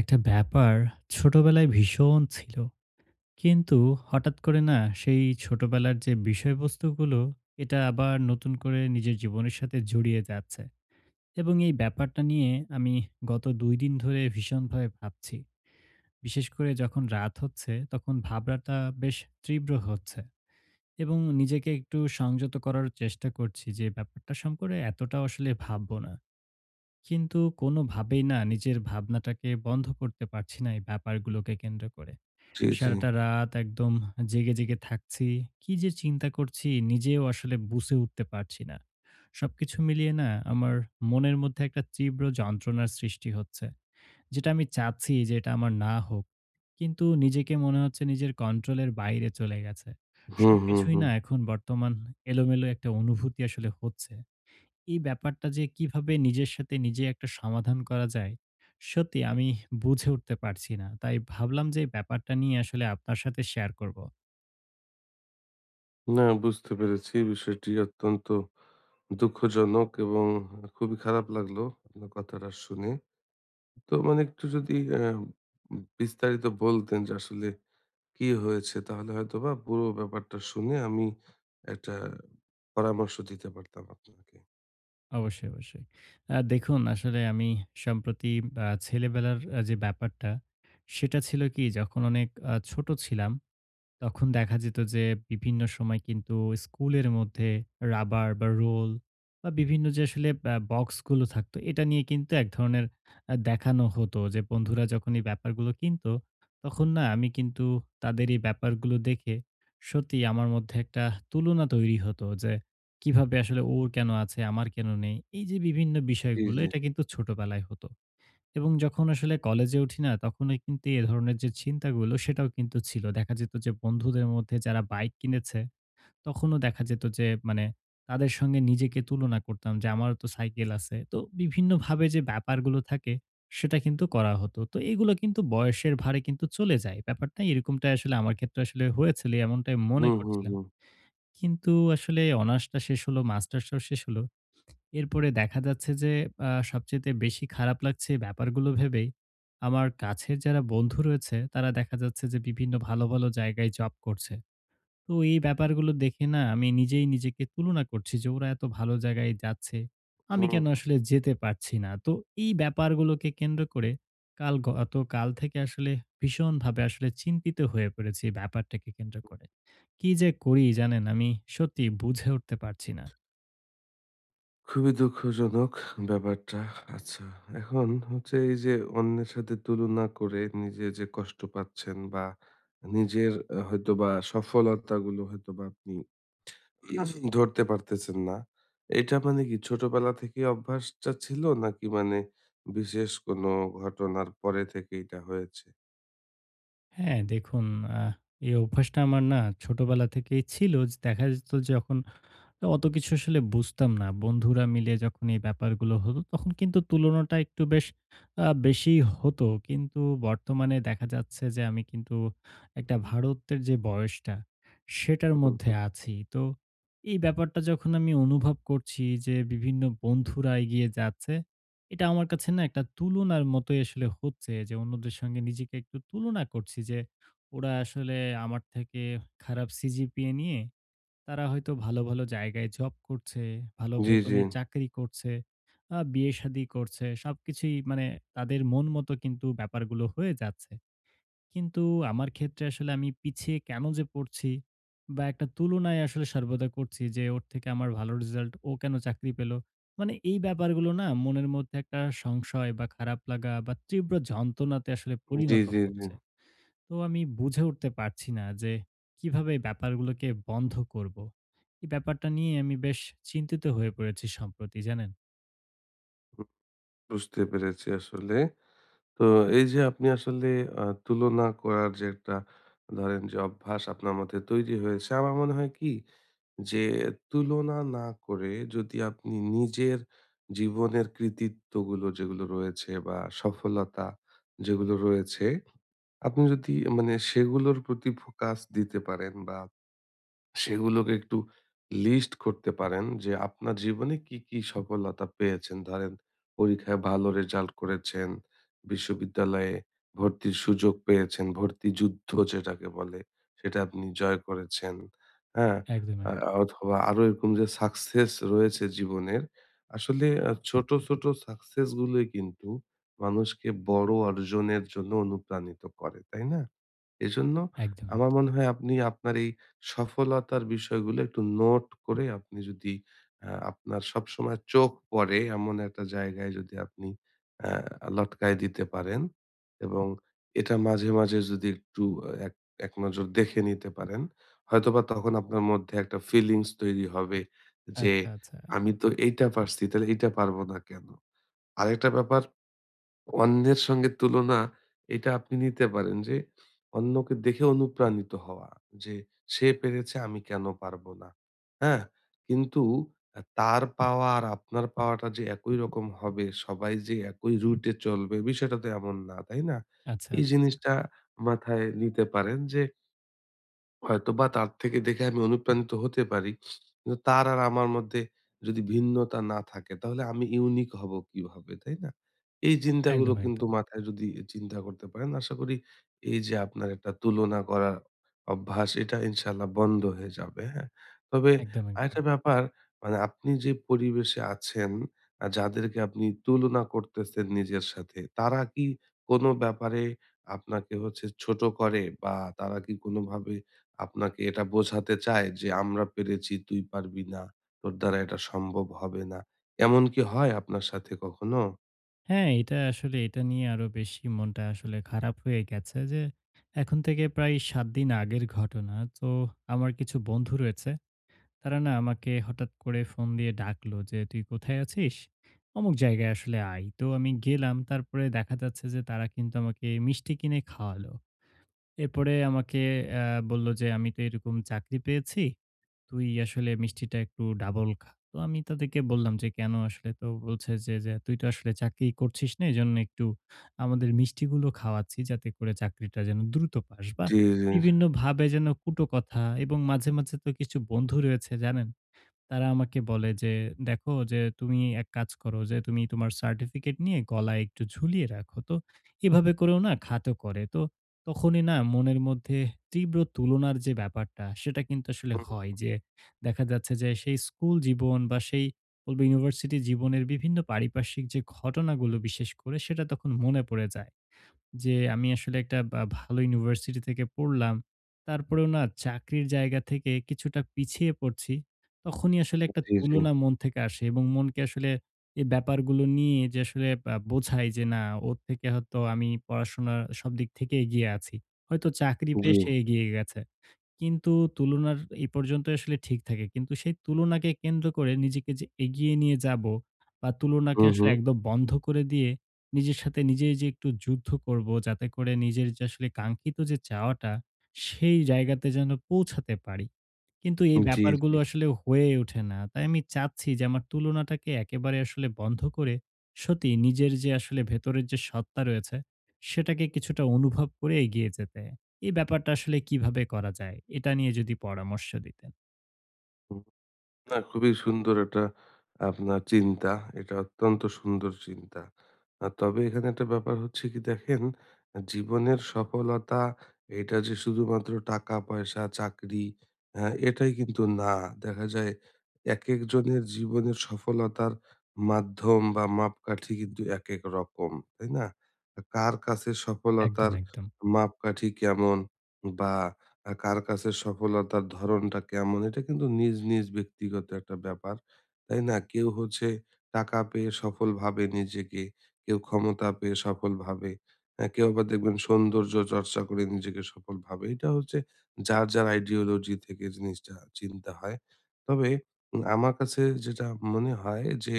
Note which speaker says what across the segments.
Speaker 1: একটা ব্যাপার ছোটবেলায় ভীষণ ছিল। কিন্তু হঠাৎ করে না সেই ছোটবেলার যে বিষয়বস্তুগুলো, এটা আবার নতুন করে নিজের জীবনের সাথে জড়িয়ে যাচ্ছে। এবং এই ব্যাপারটা নিয়ে আমি গত ২ দিন ধরে ভীষণভাবে ভাবছি। বিশেষ করে যখন রাত হচ্ছে, তখন ভাবনাটা বেশ তীব্র হচ্ছে। এবং নিজেকে একটু সংযত করার চেষ্টা করছি যে ব্যাপারটা সম্পর্কে এতটাও আসলে ভাববো না। কিন্তু কোনোভাবেই না নিজের ভাবনাটাকে বন্ধ করতে পারছি না এই ব্যাপারগুলোকে কেন্দ্র করে।
Speaker 2: জি, জি।
Speaker 1: সারাটা রাত একদম জেগে, জেগে থাকছি। কি যে চিন্তা করছি নিজেও আসলে বুঝে উঠতে পারছি না। সবকিছু মিলিয়ে না আমার মনের মধ্যে একটা তীব্র যন্ত্রণার সৃষ্টি হচ্ছে। যেটা আমি চাচ্ছি যে এটা আমার না হোক। কিন্তু নিজেকে মনে হচ্ছে নিজের কন্ট্রোলের বাইরে চলে গেছে।
Speaker 2: হুম, হুম,
Speaker 1: সবকিছুই
Speaker 2: হুম।
Speaker 1: না এখন বর্তমান এলোমেলো একটা অনুভূতি আসলে হচ্ছে। এই ব্যাপারটা যে কিভাবে নিজের সাথে নিজে একটা সমাধান করা যায়, সত্যি আমি বুঝে উঠতে পারছি না। তাই ভাবলাম যে ব্যাপারটা নিয়ে আসলে আপনার সাথে শেয়ার করব।
Speaker 2: না, বুঝতে পেরেছি বিষয়টি অত্যন্ত দুঃখজনক এবং খুবই খারাপ লাগলো আপনার কথাটা শুনে। তো মানে একটু যদি বিস্তারিত বলতেন যে আসলে কি হয়েছে? তাহলে হয়তোবা পুরো ব্যাপারটা শুনে আমি একটা পরামর্শ দিতে পারতাম আপনাকে।
Speaker 1: অবশ্যই, অবশ্যই। দেখুন আসলে আমি সম্প্রতি ছেলেবেলার যে ব্যাপারটা, সেটা ছিল কি যখন অনেক ছোট ছিলাম তখন দেখা যেত যে বিভিন্ন সময় কিন্তু স্কুলের মধ্যে রাবার বা রোল বা বিভিন্ন যে আসলে বক্সগুলো থাকতো এটা নিয়ে কিন্তু এক ধরনের দেখানো হতো যে বন্ধুরা যখন এই ব্যাপারগুলো কিনত, তখন না আমি কিন্তু তাদের এই ব্যাপারগুলো দেখে সত্যিই আমার মধ্যে একটা তুলনা তৈরি হতো যে কিভাবে আসলে ওর কেন আছে আমার কেন নেই? এই যে বিভিন্ন
Speaker 2: জি,
Speaker 1: বিষয়গুলো
Speaker 2: জি।
Speaker 1: এটা কিন্তু ছোটবেলায় হতো। এবং যখন আসলে কলেজে উঠি না, তখনই কিন্তু এ ধরনের যে চিন্তাগুলো সেটাও কিন্তু ছিল। দেখা যেত যে বন্ধুদের মধ্যে যারা বাইক কিনেছে, তখনও দেখা যেত যে মানে তাদের সঙ্গে নিজেকে তুলনা করতাম যে আমারও তো সাইকেল আছে। তো বিভিন্নভাবে যে ব্যাপারগুলো থাকে সেটা কিন্তু করা হতো। তো এগুলো কিন্তু বয়সের ভারে কিন্তু চলে যায়। ব্যাপারটা এরকমটাই আসলে আমার ক্ষেত্রে আসলে হয়েছিল এমনটাই মনে
Speaker 2: হুম, হুম,
Speaker 1: করছিলাম।
Speaker 2: হুম।
Speaker 1: কিন্তু আসলে অনার্সটা শেষ হলো, মাস্টার্সটাও শেষ হলো। এরপরে দেখা যাচ্ছে যে সবচাইতে বেশি খারাপ লাগছে এই ব্যাপারগুলো ভেবেই আমার কাছের যারা বন্ধু রয়েছে তারা দেখা যাচ্ছে যে বিভিন্ন ভালো, ভালো জায়গায় জব করছে। তো এই ব্যাপারগুলো দেখে না আমি নিজেই নিজেকে তুলনা করছি যে ওরা এত ভালো জায়গায় যাচ্ছে। আমি
Speaker 2: হুম।
Speaker 1: কেন আসলে যেতে পারছি না। তো এই ব্যাপারগুলোকে কেন্দ্র করে কাল গতকাল থেকে আসলে ভীষণভাবে আসলে চিন্তিত হয়ে পড়েছি এই ব্যাপারটাকে কেন্দ্র করে। কি যে করি জানেন আমি সত্যি বুঝে উঠতে পারছি না।
Speaker 2: খুবই দুঃখজনক ব্যাপারটা। আচ্ছা, এখন হচ্ছে এই যে অন্যের সাথে তুলনা করে নিজে যে কষ্ট পাচ্ছেন বা নিজের হয়তোবা সফলতাগুলো হয়তোবা আপনি ধরতে পারতেছেন না। এটা মানে কি ছোটবেলা থেকেই অভ্যাসটা ছিল নাকি মানে বিশেষ কোনো ঘটনার পরে থেকে এটা হয়েছে?
Speaker 1: হ্যাঁ, দেখুন আহ এই অভ্যাসটা আমার না ছোটবেলা থেকেই ছিল। যে দেখা যেত যখন তো অত কিছু আসলে বুঝতাম না। বন্ধুরা মিলে যখন এই ব্যাপারগুলো হতো, তখন কিন্তু তুলনাটা একটু বেশ বেশিই হতো। কিন্তু বর্তমানে দেখা যাচ্ছে যে আমি কিন্তু একটা ভারতের যে বয়সটা, সেটার
Speaker 2: হুম,
Speaker 1: মধ্যে
Speaker 2: হুম।
Speaker 1: আছি। তো এই ব্যাপারটা যখন আমি অনুভব করছি যে বিভিন্ন বন্ধুরা এগিয়ে যাচ্ছে, এটা আমার কাছে না একটা তুলনার মতোই আসলে হচ্ছে যে অন্যদের সঙ্গে নিজেকে একটু তুলনা করছি যে, ওরা আসলে আমার থেকে খারাপ সিজিপিএ নিয়ে তারা হয়তো ভালো, ভালো জায়গায় জব করছে, ভালো
Speaker 2: জি, জি।
Speaker 1: বেতনের চাকরি করছে, বিয়ে-শাদী করছে। সবকিছুই মানে তাদের মন মতো কিন্তু ব্যাপারগুলো হয়ে যাচ্ছে। কিন্তু আমার ক্ষেত্রে আসলে আমি পিছিয়ে কেন যে পড়ছি বা একটা তুলনায় আসলে সর্বদা করছি যে ওর থেকে আমার ভালো রেজাল্ট, ও কেন চাকরি পেল? মানে এই ব্যাপারগুলো না মনের মধ্যে একটা সংশয় বা খারাপ লাগা বা তীব্র যন্ত্রণাতে আসলে
Speaker 2: জি,
Speaker 1: পরিণত
Speaker 2: জি, জি।
Speaker 1: হচ্ছে। তো আমি বুঝে উঠতে পারছি না যে কিভাবে এই ব্যাপারগুলোকে বন্ধ করব। এই ব্যাপারটা নিয়ে আমি বেশ চিন্তিত হয়ে পড়েছি সম্প্রতি জানেন?
Speaker 2: হুম, বুঝতে পেরেছি আসলে। তো এই যে আপনি আসলে তুলনা করার যে একটা ধরেন যে অভ্যাস আপনার মধ্যে তৈরি হয়েছে, আমার মনে হয় কি যে তুলনা না করে যদি আপনি নিজের জীবনের কৃতিত্বগুলো যেগুলো রয়েছে বা সফলতা যেগুলো রয়েছে, আপনি যদি মানে সেগুলোর প্রতি ফোকাস দিতে পারেন বা সেগুলোকে একটু লিস্ট করতে পারেন যে আপনার জীবনে কি, কি সফলতা পেয়েছেন। ধরেন পরীক্ষায় ভালো রেজাল্ট করেছেন, বিশ্ববিদ্যালয়ে ভর্তির সুযোগ পেয়েছেন, ভর্তি যুদ্ধ যেটাকে বলে সেটা আপনি জয় করেছেন। হ্যাঁ?
Speaker 1: একদম,
Speaker 2: আ
Speaker 1: একদম,
Speaker 2: অথবা আরো এরকম যে সাকসেস রয়েছে জীবনের, আসলে ছোট, ছোট সাকসেস গুলোই কিন্তু মানুষকে বড় অর্জনের জন্য অনুপ্রাণিত করে, তাই না? এজন্য
Speaker 1: একদম, একদম।
Speaker 2: আমার মনে হয় আপনি আপনার এই সফলতার বিষয়গুলো একটু নোট করে আপনি যদি আপনার সবসময় চোখ পড়ে এমন একটা জায়গায় যদি আপনি লটকায় দিতে পারেন এবং এটা মাঝে, মাঝে যদি একটু এক এক নজর দেখে নিতে পারেন, হয়তোবা তখন আপনার মধ্যে একটা ফিলিংস তৈরি হবে যে,
Speaker 1: আচ্ছা, আচ্ছা,
Speaker 2: "আমি তো এইটা পারছি, তাহলে এইটা পারব না কেন?" আরেকটা ব্যাপার, অন্যের সঙ্গে তুলনা এটা আপনি নিতে পারেন যে অন্যকে দেখে অনুপ্রাণিত হওয়া, যে সে পেরেছে আমি কেন পারবো না। হ্যাঁ, কিন্তু তার পাওয়া আর আপনার পাওয়াটা যে একই রকম হবে, সবাই যে একই রুটে চলবে বিষয়টা তো এমন না, তাই না?
Speaker 1: আচ্ছা,
Speaker 2: এই
Speaker 1: আচ্ছা।
Speaker 2: জিনিসটা মাথায় নিতে পারেন যে হয়তোবা তার থেকে দেখে আমি অনুপ্রাণিত হতে পারি। কিন্তু তার আর আমার মধ্যে যদি ভিন্নতা না থাকে তাহলে আমি ইউনিক হব কিভাবে, তাই না? এই চিন্তাগুলো
Speaker 1: একদম,
Speaker 2: কিন্তু
Speaker 1: একদম,
Speaker 2: মাথায় যদি চিন্তা করতে পারেন, আশা করি এই যে আপনার একটা তুলনা করার অভ্যাস এটা ইনশাআল্লাহ বন্ধ হয়ে যাবে, হ্যাঁ? তবে
Speaker 1: একদম, একদম।
Speaker 2: আরেকটা ব্যাপার, মানে আপনি যে পরিবেশে আছেন, যাদেরকে আপনি তুলনা করতেছেন নিজের সাথে, তারা কি কোনো ব্যাপারে আপনাকে হচ্ছে ছোট করে বা তারা কি কোনোভাবে আপনাকে এটা বোঝাতে চায় যে আমরা পেরেছি তুই পারবি না, তোর দ্বারা এটা সম্ভব হবে না। এমন কি হয় আপনার সাথে কখনো?
Speaker 1: হ্যাঁ, এটা আসলে এটা নিয়ে আরো বেশি মনটা আসলে খারাপ হয়ে গেছে যে এখন থেকে প্রায় ৭ দিন আগের ঘটনা। তো আমার কিছু বন্ধু রয়েছে। তারা না আমাকে হঠাৎ করে ফোন দিয়ে ডাকলো যে, "তুই কোথায় আছিস? অমুক জায়গায় আসলে আয়।" তো আমি গেলাম। তারপরে দেখা যাচ্ছে যে তারা কিন্তু আমাকে মিষ্টি কিনে খাওয়ালো। এরপরে আমাকে আ বলল যে, "আমি তো এরকম চাকরি পেয়েছি। তুই আসলে মিষ্টিটা একটু ডাবল খা।" তো আমি তাদেরকে বললাম যে, "কেন আসলে?" তো বলছে যে, "তুই তো আসলে চাকরি করছিস না। এজন্য একটু আমাদের মিষ্টিগুলো খাওয়াচ্ছি যাতে করে চাকরিটা যেন দ্রুত পাস।" বা
Speaker 2: জি, জি,
Speaker 1: বিভিন্নভাবে যেন কটু কথা এবং মাঝে, মাঝে তো কিছু বন্ধু রয়েছে জানেন? তারা আমাকে বলে যে, "দেখো যে তুমি এক কাজ করো যে তুমি তোমার সার্টিফিকেট নিয়ে গলায় একটু ঝুলিয়ে রাখো।" তো এভাবে করেও না খাতো করে। তো তখনই না মনের মধ্যে তীব্র তুলনার যে ব্যাপারটা সেটা কিন্তু আসলে
Speaker 2: হুম,
Speaker 1: হয় যে দেখা যাচ্ছে যে সেই স্কুল জীবন বা সেই বলব ইউনিভার্সিটি জীবনের বিভিন্ন পারিপার্শ্বিক যে ঘটনাগুলো বিশেষ করে সেটা তখন মনে পড়ে যায়। যে আমি আসলে একটা বা ভালো ইউনিভার্সিটি থেকে পড়লাম। তারপরেও না চাকরির জায়গা থেকে কিছুটা পিছিয়ে পড়ছি। তখনই আসলে একটা
Speaker 2: জি, জি,
Speaker 1: তুলনা মন থেকে আসে এবং মনকে আসলে এই ব্যাপারগুলো নিয়ে যে আসলে বোঝাই যে না ওর থেকে হয়তো আমি পড়াশোনার সব দিক থেকে এগিয়ে আছি। হয়তো চাকরি
Speaker 2: জি,
Speaker 1: পেয়ে সে এগিয়ে গেছে। কিন্তু তুলনার এই পর্যন্ত আসলে ঠিক থাকে। কিন্তু সেই তুলনাকে কেন্দ্র করে নিজেকে যে এগিয়ে নিয়ে যাবো বা তুলনাকে
Speaker 2: হুম,
Speaker 1: আসলে
Speaker 2: হুম,
Speaker 1: একদম বন্ধ করে দিয়ে নিজের সাথে নিজেই যে একটু যুদ্ধ করবো যাতে করে নিজের যে আসলে কাঙ্ক্ষিত যে চাওয়াটা সেই জায়গাতে যেন পৌঁছাতে পারি। কিন্তু এই
Speaker 2: জি, জি,
Speaker 1: ব্যাপারগুলো আসলে হয়ে ওঠে না। তাই আমি চাচ্ছি যে আমার তুলনাটাকে একেবারে আসলে বন্ধ করে সত্যি নিজের যে আসলে ভেতরের যে সত্তা রয়েছে, সেটাকে কিছুটা অনুভব করে এগিয়ে যেতে। এই ব্যাপারটা আসলে কিভাবে করা যায়? এটা নিয়ে যদি পরামর্শ দিতেন।
Speaker 2: হুম। না, খুবই সুন্দর একটা আপনার চিন্তা। এটা অত্যন্ত সুন্দর চিন্তা। তবে এখানে একটা ব্যাপার হচ্ছে কি দেখেন, জীবনের সফলতা এটা যে শুধুমাত্র টাকা-পয়সা, চাকরি এটাই কিন্তু না। দেখা যায় একেকজনের জীবনের সফলতার মাধ্যম বা মাপকাঠি কিন্তু একেক রকম, তাই না? কার কাছে
Speaker 1: একদম,
Speaker 2: সফলতার
Speaker 1: একদম।
Speaker 2: মাপকাঠি কেমন বা কার কাছে সফলতার ধরণটা কেমন এটা কিন্তু নিজ, নিজ ব্যক্তিগত একটা ব্যাপার। তাই না? কেউ হচ্ছে টাকা পেয়ে সফল ভাবে নিজেকে, কেউ ক্ষমতা পেয়ে সফল ভাবে। হ্যাঁ, কেউ আবার দেখবেন সৌন্দর্য চর্চা করে নিজেকে সফল ভাবে। এটা হচ্ছে যার, যার আইডিওলজি থেকে জিনিসটা চিন্তা হয়। তবে আমার কাছে যেটা মনে হয় যে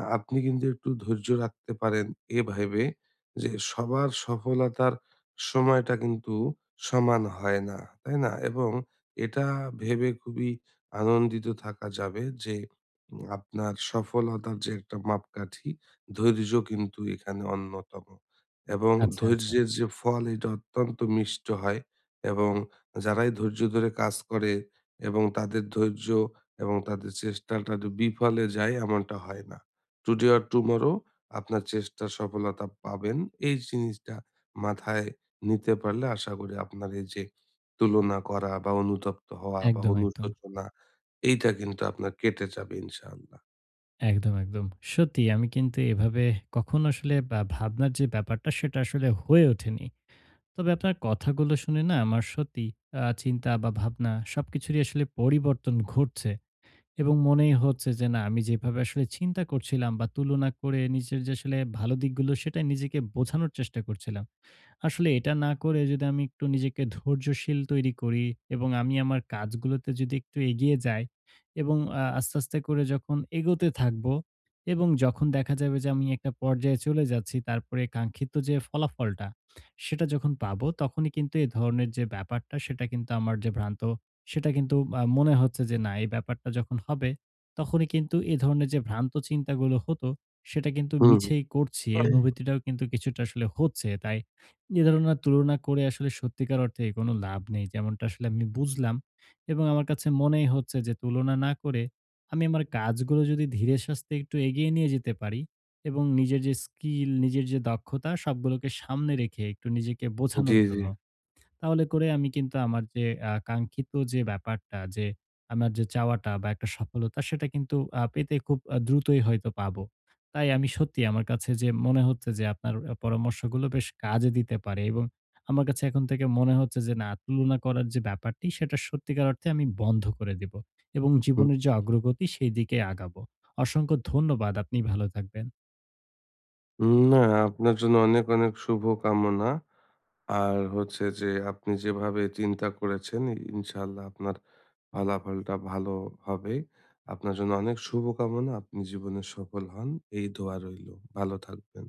Speaker 2: আপনি কিন্তু একটু ধৈর্য রাখতে পারেন এ ভেবে যে সবার সফলতার সময়টা কিন্তু সমান হয় না, তাই না? এবং এটা ভেবে খুবই আনন্দিত থাকা যাবে যে আপনার সফলতার যে একটা মাপকাঠি, ধৈর্য কিন্তু এখানে অন্যতম। এবং
Speaker 1: আচ্ছা, আচ্ছা।
Speaker 2: ধৈর্যের যে ফল এটা অত্যন্ত মিষ্ট হয় এবং যারাই ধৈর্য ধরে কাজ করে এবং তাদের ধৈর্য এবং তাদের চেষ্টাটা বিফলে যায় এমনটা হয় না। টুডে অর টুমরো আপনার চেষ্টার সফলতা পাবেন। এই জিনিসটা মাথায় নিতে পারলে আশা করি আপনার এই যে তুলনা করা বা অনুতপ্ত হওয়া বা
Speaker 1: একদম, একদম।
Speaker 2: অনুশোচনা এইটা কিন্তু আপনার কেটে যাবে ইনশাআল্লাহ।
Speaker 1: একদম, একদম। সত্যি আমি কিন্তু এভাবে কখনো আসলে বা ভাবনার যে ব্যাপারটা সেটা আসলে হয়ে ওঠেনি। তবে আপনার কথাগুলো শুনে না আমার সত্যি চিন্তা বা ভাবনা সবকিছুরই আসলে পরিবর্তন ঘটছে এবং মনেই হচ্ছে যে না আমি যেভাবে আসলে চিন্তা করছিলাম বা তুলনা করে নিজের যে আসলে ভালো দিকগুলো সেটা নিজেকে বোঝানোর চেষ্টা করছিলাম। আসলে এটা না করে যদি আমি একটু নিজেকে ধৈর্যশীল তৈরি করি এবং আমি আমার কাজগুলোতে যদি একটু এগিয়ে যাই এবং আস্তে, আস্তে করে যখন এগোতে থাকবো এবং যখন দেখা যাবে যে আমি একটা পর্যায়ে চলে যাচ্ছি তারপরে কাঙ্ক্ষিত যে ফলাফলটা, সেটা যখন পাবো তখনই কিন্তু এ ধরনের যে ব্যাপারটা সেটা কিন্তু আমার যে ভ্রান্ত সেটা কিন্তু মনে হচ্ছে যে না এই ব্যাপারটা যখন হবে তখনই কিন্তু এ ধরনের যে ভ্রান্ত চিন্তাগুলো হতো সেটা কিন্তু
Speaker 2: হুম, হুম।
Speaker 1: মিছেই করছি। এই অনুভূতিটাও কিন্তু কিছুটা আসলে হচ্ছে। তাই এ ধরনের তুলনা করে আসলে সত্যিকার অর্থে কোনো লাভ নেই। যেমনটা আসলে আমি বুঝলাম এবং আমার কাছে মনেই হচ্ছে যে তুলনা না করে আমি আমার কাজগুলো যদি ধীরে সাস্তে একটু এগিয়ে নিয়ে যেতে পারি এবং নিজের যে স্কিল, নিজের যে দক্ষতা সবগুলোকে সামনে রেখে একটু নিজেকে
Speaker 2: জি,
Speaker 1: বোঝানোর
Speaker 2: জি।
Speaker 1: জন্য তাহলে করে আমি কিন্তু আমার যে কাঙ্ক্ষিত যে ব্যাপারটা যে আমার যে চাওয়াটা বা একটা সফলতা সেটা কিন্তু পেতে খুব দ্রুতই হয়তো পাবো। তাই আমি সত্যি আমার কাছে যে মনে হচ্ছে যে আপনার পরামর্শগুলো বেশ কাজে দিতে পারে এবং আমার কাছে এখন থেকে মনে হচ্ছে যে না তুলনা করার যে ব্যাপারটি সেটা সত্যিকার অর্থে আমি বন্ধ করে দেব এবং জীবনের যে অগ্রগতি সেই দিকে আগাবো। অসংখ্য ধন্যবাদ। আপনি ভালো থাকবেন।
Speaker 2: হুম, না, আপনার জন্য অনেক, অনেক শুভ কামনা। আর হচ্ছে যে আপনি যেভাবে চিন্তা করেছেন ইনশাআল্লাহ আপনার ফলাফলটা ভালো হবে। আপনার জন্য অনেক শুভ কামনা। আপনি জীবনে সফল হন। এই দোয়া রইলো। ভালো থাকবেন।